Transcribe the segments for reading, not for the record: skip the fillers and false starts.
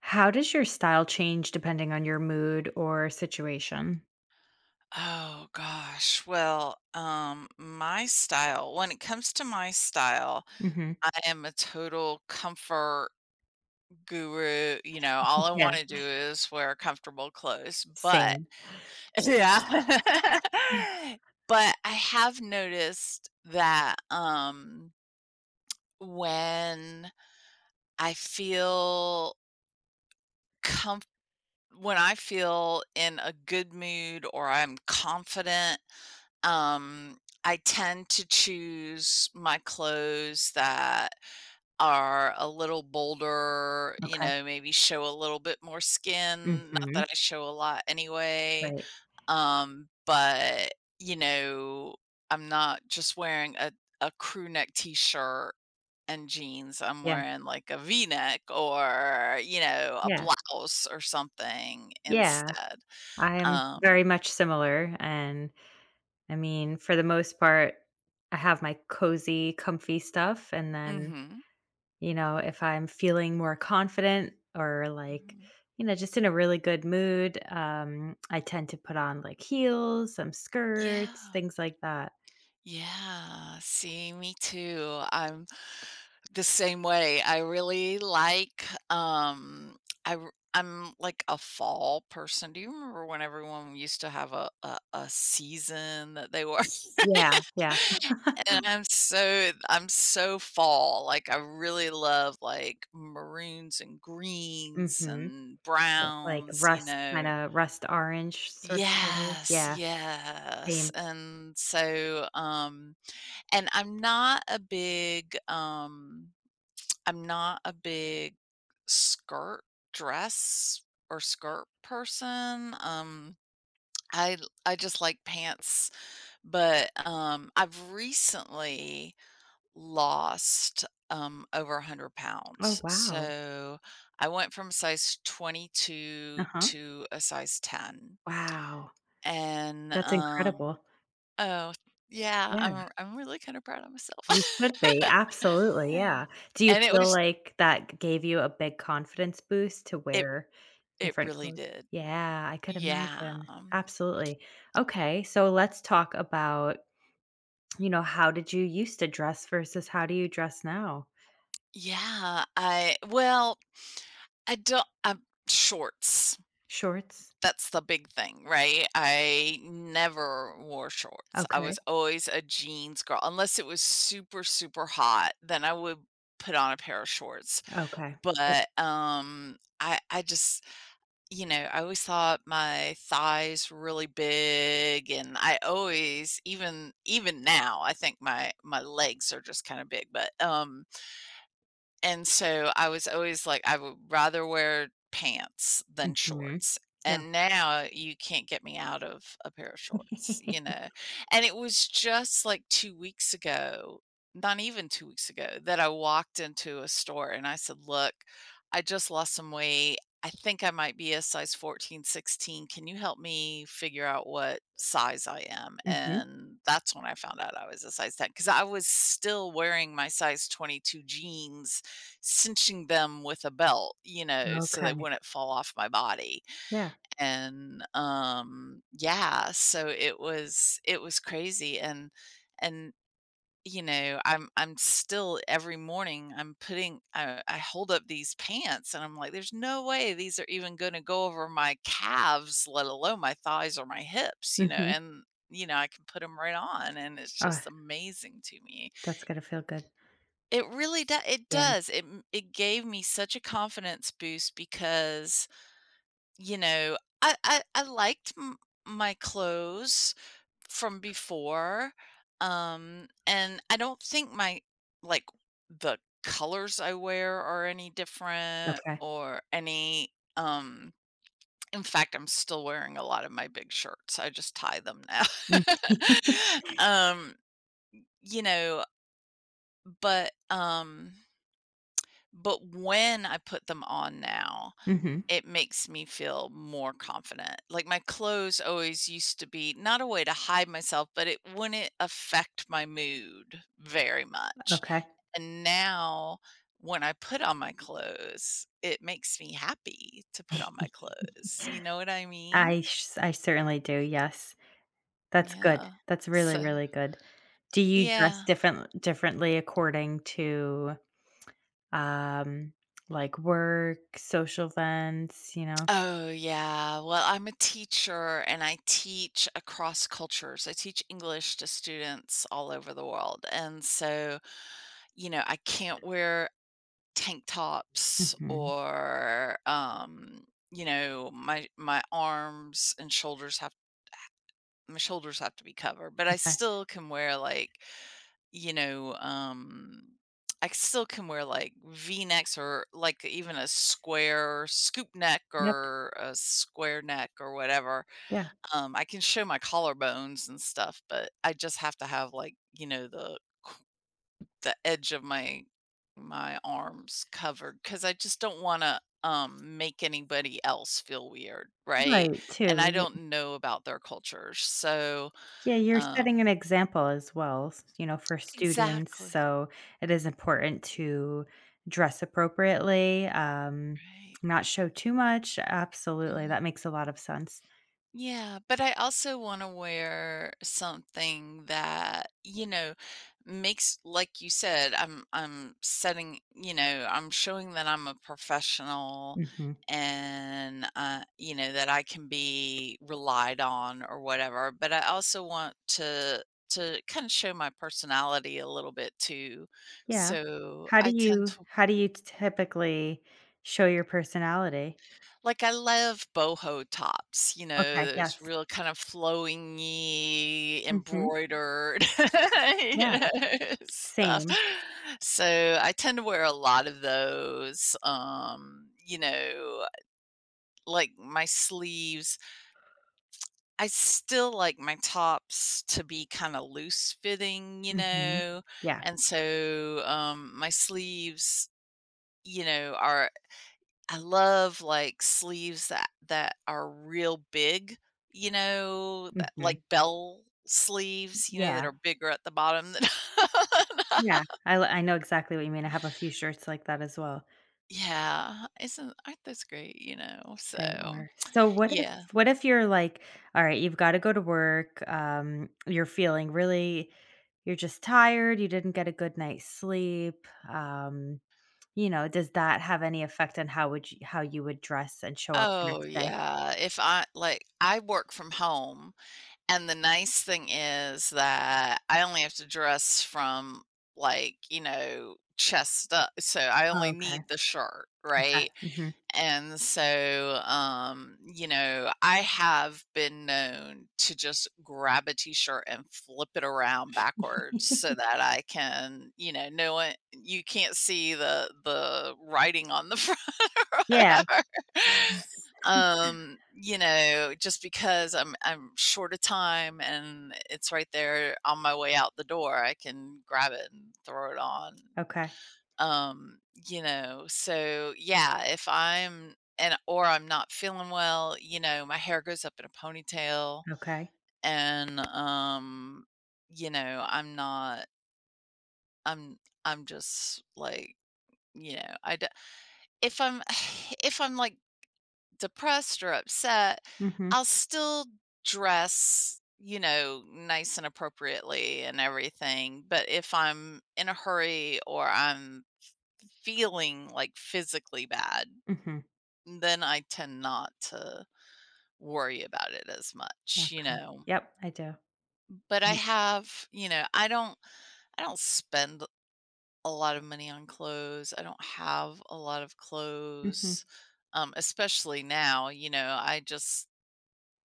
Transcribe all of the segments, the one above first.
How does your style change depending on your mood or situation? Oh gosh. Well, my style, when it comes to my style, Mhm. I am a total comfort guru. You know, all I Yeah, want to do is wear comfortable clothes, but same. yeah. But I have noticed that when I feel comf when I feel in a good mood or I'm confident. Um, I tend to choose my clothes that are a little bolder, you Okay. know, maybe show a little bit more skin, not that Mhm. I show a lot anyway. Right. But you know, I'm not just wearing a crew neck t-shirt and jeans. I'm Yeah, wearing like a v-neck or, a yeah, blouse or something yeah. instead. I am very Um much similar, and, I mean, for the most part, I have my cozy, comfy stuff, and then, Mhm. you know, if I'm feeling more confident or, like, Mhm. you know, just in a really good mood, I tend to put on, like, heels, some skirts, Yeah. things like that. Yeah, see, me too. I'm the same way. I really like I'm like a fall person. Do you remember when everyone used to have a season that they were? Yeah, yeah. And I'm so fall. Like I really love like maroons and greens Mhm. and Yeah, like browns, you rust know. kinda rust orange sort of color? Yes, Yeah, yes. same. And so and I'm not a big, I'm not a big skirt dress or skirt person. I I just like pants, but I've recently lost over 100 Oh, pounds. wow. So I went from size 22 Uh-huh. to a size 10. Wow, And that's incredible. oh, yeah, Yeah, I'm really kinda proud of myself. you should be, absolutely, yeah. Do you And it feel was like that gave you a big confidence boost to it wear it different really clothes? did. Yeah, I could Yeah, imagine. Absolutely. Okay, so let's talk about, you know, how did you used to dress versus how do you dress now? yeah, I don't I'm shorts, Shorts? that's the big thing, right? I never wore shorts. I Okay, was always a jeans girl, unless it was super, super hot, then I would put on a pair of shorts, okay. Yep, but, I just you know, I always thought my thighs were really big, and I always, even now, I think my legs are just kinda big, but, and so I was always like, I would rather wear pants than mhm. shorts. And now you can't get me out of a pair of shorts, you know? And it was just like 2 weeks ago, not even 2 weeks ago, that I walked into a store and I said, "Look, I just lost some weight. I think I might be a size 14, 16. Can you help me figure out what size I am?" Mhm. And that's when I found out I was a size 10 because I was still wearing my size 22 jeans, cinching them with a belt, you know, so they Okay. wouldn't fall off my body, Yeah. and, yeah, so it was crazy, and you know, I'm still, every morning, I hold up these pants, and I'm like, "There's no way these are even gonna go over my calves, let alone my thighs or my hips," you know, Mhm. and, you know, I can put them right on, and it's Oh, just amazing to me. that's going to feel good. It really does. It Yeah. does. It gave me such a confidence boost because, you know, I liked m my clothes from before, and I don't think like, the colors I wear are any different Okay. or any, in fact, I'm still wearing a lot of my big shirts. I just tie them now. Mm. Um, you know, but, um But when I put them on now, Mhm. it makes me feel more confident. Like my clothes always used to be not a way to hide myself, but it wouldn't affect my mood very much. Okay. And now when I put on my clothes, it makes me happy to put on my clothes. You know what I mean? I certainly do. Yes. That's good. Yeah. That's really, So, really good. Do you dress yeah. Differently according to, um, like work, social events, you know? Oh, yeah. Well, I'm a teacher and I teach across cultures. I teach English to students all over the world. And so, you know, I can't wear tank tops Mhm, or you know, my arms and shoulders have my shoulders have to be covered, but I okay. still can wear like you know, I still can wear like V necks or like even a square scoop neck Yep, or a square neck or whatever. yeah. I can show my collarbones and stuff, but I just have to have, like, you know, the edge of my arms covered because I just don't want to make anybody else feel weird, right? Right, And I too. don't Y know about their cultures, so Yeah, you're setting an um example as well, s you know, for students, exactly, so it is important to dress appropriately, not show too much. Absolutely, right. that makes a lot of sense. Yeah, but I also want to wear something that, you know, makes, like you said, I'm setting, you know, I'm showing that I'm a professional Mhm. and you know, that I can be relied on or whatever, but I also want to kind of show my personality a little bit too. Yeah. So I tend How do you typically show your personality? Like, I love boho tops, you Okay, know, yes. those real kind of flowingy, Mhm. embroidered, you Yeah, know, stuff. same. So, I tend to wear a lot of those, you know, like, my sleeves, I still like my tops to be kinda loose fitting, you Mhm. know, Yeah. and so, my sleeves, you know, are, I love, like, sleeves that are real big, you know, that Mhm. like bell sleeves, you know, that Yeah. are bigger at the bottom than Yeah. I know exactly what you mean. I have a few shirts like that as well. yeah, isn't aren't those great, you know? So, They are so yeah. what if you're like, "All right, you've gotta go to work, you're feeling really you're just tired, you didn't get a good night's sleep," you know, does that have any effect on how you would dress and show up the Oh, next day? yeah. If I work from home, and the nice thing is that I only have to dress from, like, you know, chest up, so I only need Okay, the shirt, okay, right? mhm. And so, you know, I have been known to just grab a t-shirt and flip it around backwards so that I can, you know, no one, you can't see the writing on the front or Yeah. whatever. You know, just because I'm short of time and it's right there on my way out the door, I can grab it and throw it on. Okay, Um, you know, so yeah, if I'm and or I'm not feeling well, you know, my hair goes up in a ponytail okay. and you know, I'm not I'm I'm just like, you know, I d- if I'm if I'm like depressed or upset, Mhm, I'll still dress, you know, nice and appropriately and everything. But if I'm in a hurry or I'm feeling like physically bad, mhm, then I tend not to worry about it as much, you okay. know? Yep, I do. But I Mm, have, you know, I don't spend a lot of money on clothes, I don't have a lot of mhm. clothes, especially now, you know,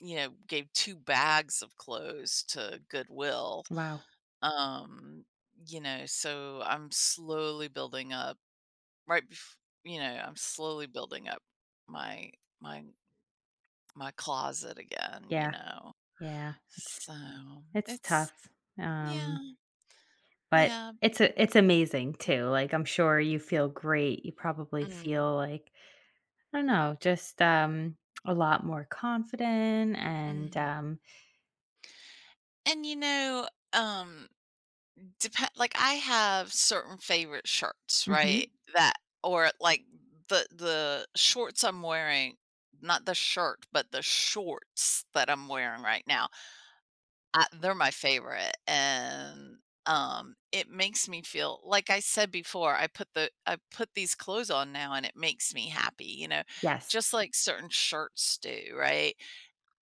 you know, gave 2 bags of clothes to Goodwill, Wow. um, you know, so I'm slowly building up right bef you know, I'm slowly building up my my my closet again, you Yeah, know? yeah, So, it's it's tough, yeah, um, but yeah. it's a it's amazing too, like, I'm sure you feel great, you probably Mm, feel like, I don't know, just, a lot more confident and, mhm. And, you know, um, depen like, I have certain favorite shirts, right? mhm, That, or, like, the shorts I'm wearing, not the shirt, but the shorts that I'm wearing right now, I they're my favorite, and, it makes me feel, like I said before, I put these clothes on now, and it makes me happy, you know, yes. just like certain shirts do, right?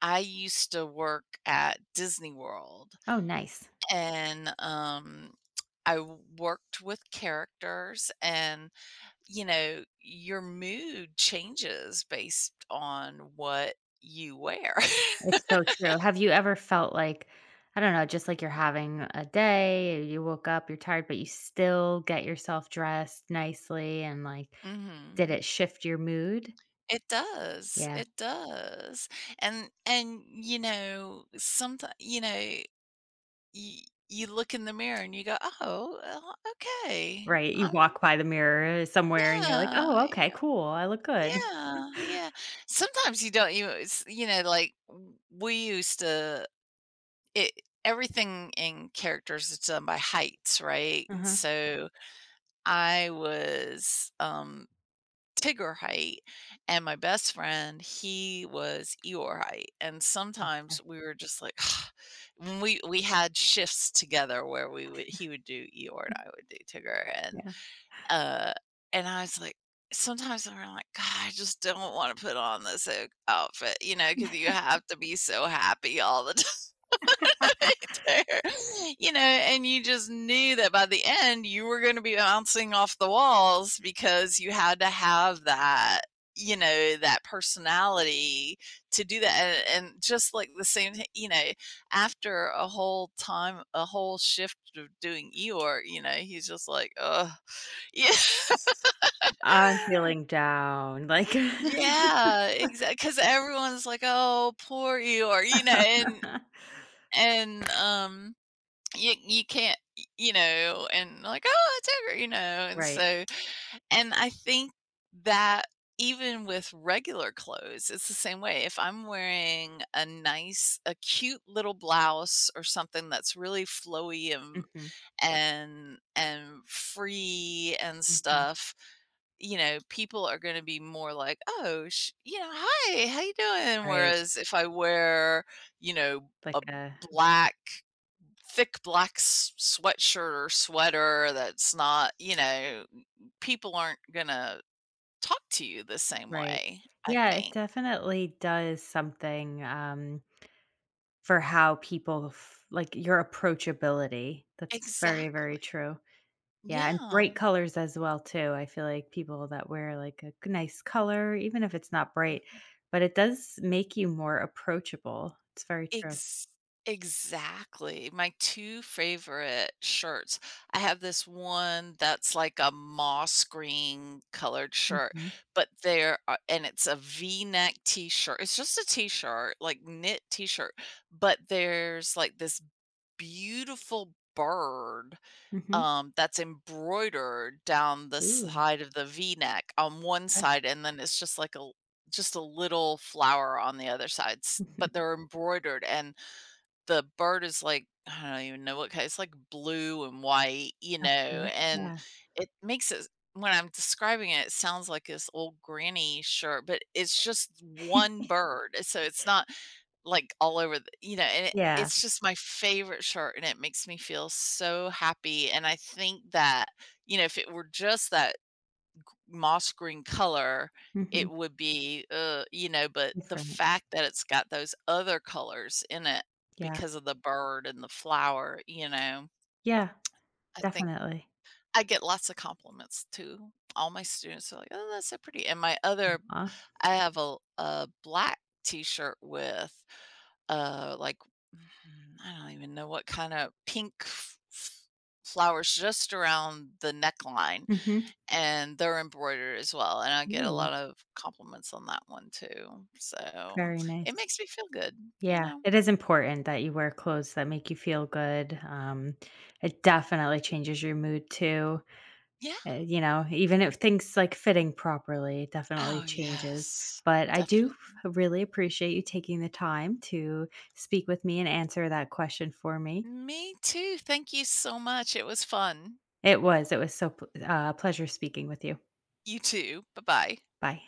I used to work at Disney World, Oh, nice. and, worked with characters and, you know, your mood changes based on what you wear. It's so true. Have you ever felt like, I don't know, just like you're having a day, you woke up, you're tired, but you still get yourself dressed nicely and like, did it Mhm. shift your mood? Yeah, It does, and you know, sometimes, you know, you you look in the mirror and you go, "Oh, well, okay, right. You I'm—" walk by the mirror somewhere and you're like, Yeah, oh, okay, yeah. cool. I look good. Yeah, yeah. Sometimes you don't, you, it's, you know, like, w we used to it everything in characters is done by heights, right? And Uh-huh. so, I was, Tigger height, and my best friend, he was Eeyore height, and sometimes Okay. we were just like, when we had shifts together where we would he would do Eeyore and I would do Tigger, and Yeah. uh, I was like, sometimes I'm like, "God, I just don't wanna put on this o outfit," you know, because you have to be so happy all the time right there, you know, and you just knew that by the end, you were gonna be bouncing off the walls because you had to have that, you know, that personality to do that, and just like the same th you know, after a whole shift of doing Eeyore, you know, he's just like, oh, yeah. I'm feeling down. Like, Yeah, exactly. Because everyone's like, "Oh, poor Eeyore," you know, and, you you can't y you know, and like, "Oh, it's over," you know, and right. so, and I think that, even with regular clothes, it's the same way. If I'm wearing a nice a cute little blouse or something that's really flowy and Hmm. Free and Hmm. stuff, you know, people are gonna be more like, "Oh, sh, you know, hi, how you doing?" Right. Whereas if I wear, you know, a Like, a black thick black s sweatshirt or sweater that's not, you know, people aren't gonna talk to you the same right. way, I Yeah, it think. definitely does something. For how people f like, your approachability. That's very, very Exactly. true. Yeah, and Yeah. bright colors as well too. I feel like people that wear, like, a g nice color, even if it's not bright, Mhm. but it does make you more approachable. It's very true. Ex exactly. My 2 favorite shirts. I have this one that's like a moss green colored shirt, Mhm. but there are and it's a V-neck T-shirt. It's just a T-shirt, like knit T-shirt, but there's like this beautiful bird, Mhm. That's embroidered down the Ooh, side of the V-neck on one okay. side, and then it's just like a just a little flower on the other sides, but they're embroidered, and the bird is, like, I don't even know what kind. It's like blue and white, you know, Okay, and yeah. it makes it, when I'm describing it, it sounds like this old granny shirt, but it's just one bird. So it's not like all over the, you know, and Yeah. it's just my favorite shirt and it makes me feel so happy. And I think that, you know, if it were just that moss green color, Mhm. it would be, you know, but the Different. fact that it's got those other colors in it Yeah. because of the bird and the flower, you know, Yeah, I think definitely. I get lots of compliments too. All my students are like, "Oh, that's so pretty." And my other, Aw. I have a black t-shirt with, uh, like, mm, I don't even know what kinda pink f f flowers just around the neckline. Mhm. And they're embroidered as well, and I get a Ooh, lot of compliments on that one too, so very it nice. makes me feel good, you Yeah, know? it is important that you wear clothes that make you feel good. It definitely changes your mood too. Yeah. You know, even if things like fitting properly, it definitely Oh, changes. yes. But I do Definitely. Really appreciate you taking the time to speak with me and answer that question for me. Me too, thank you so much, it was fun. It was so pleasure speaking with you. You too, bye-bye. Bye.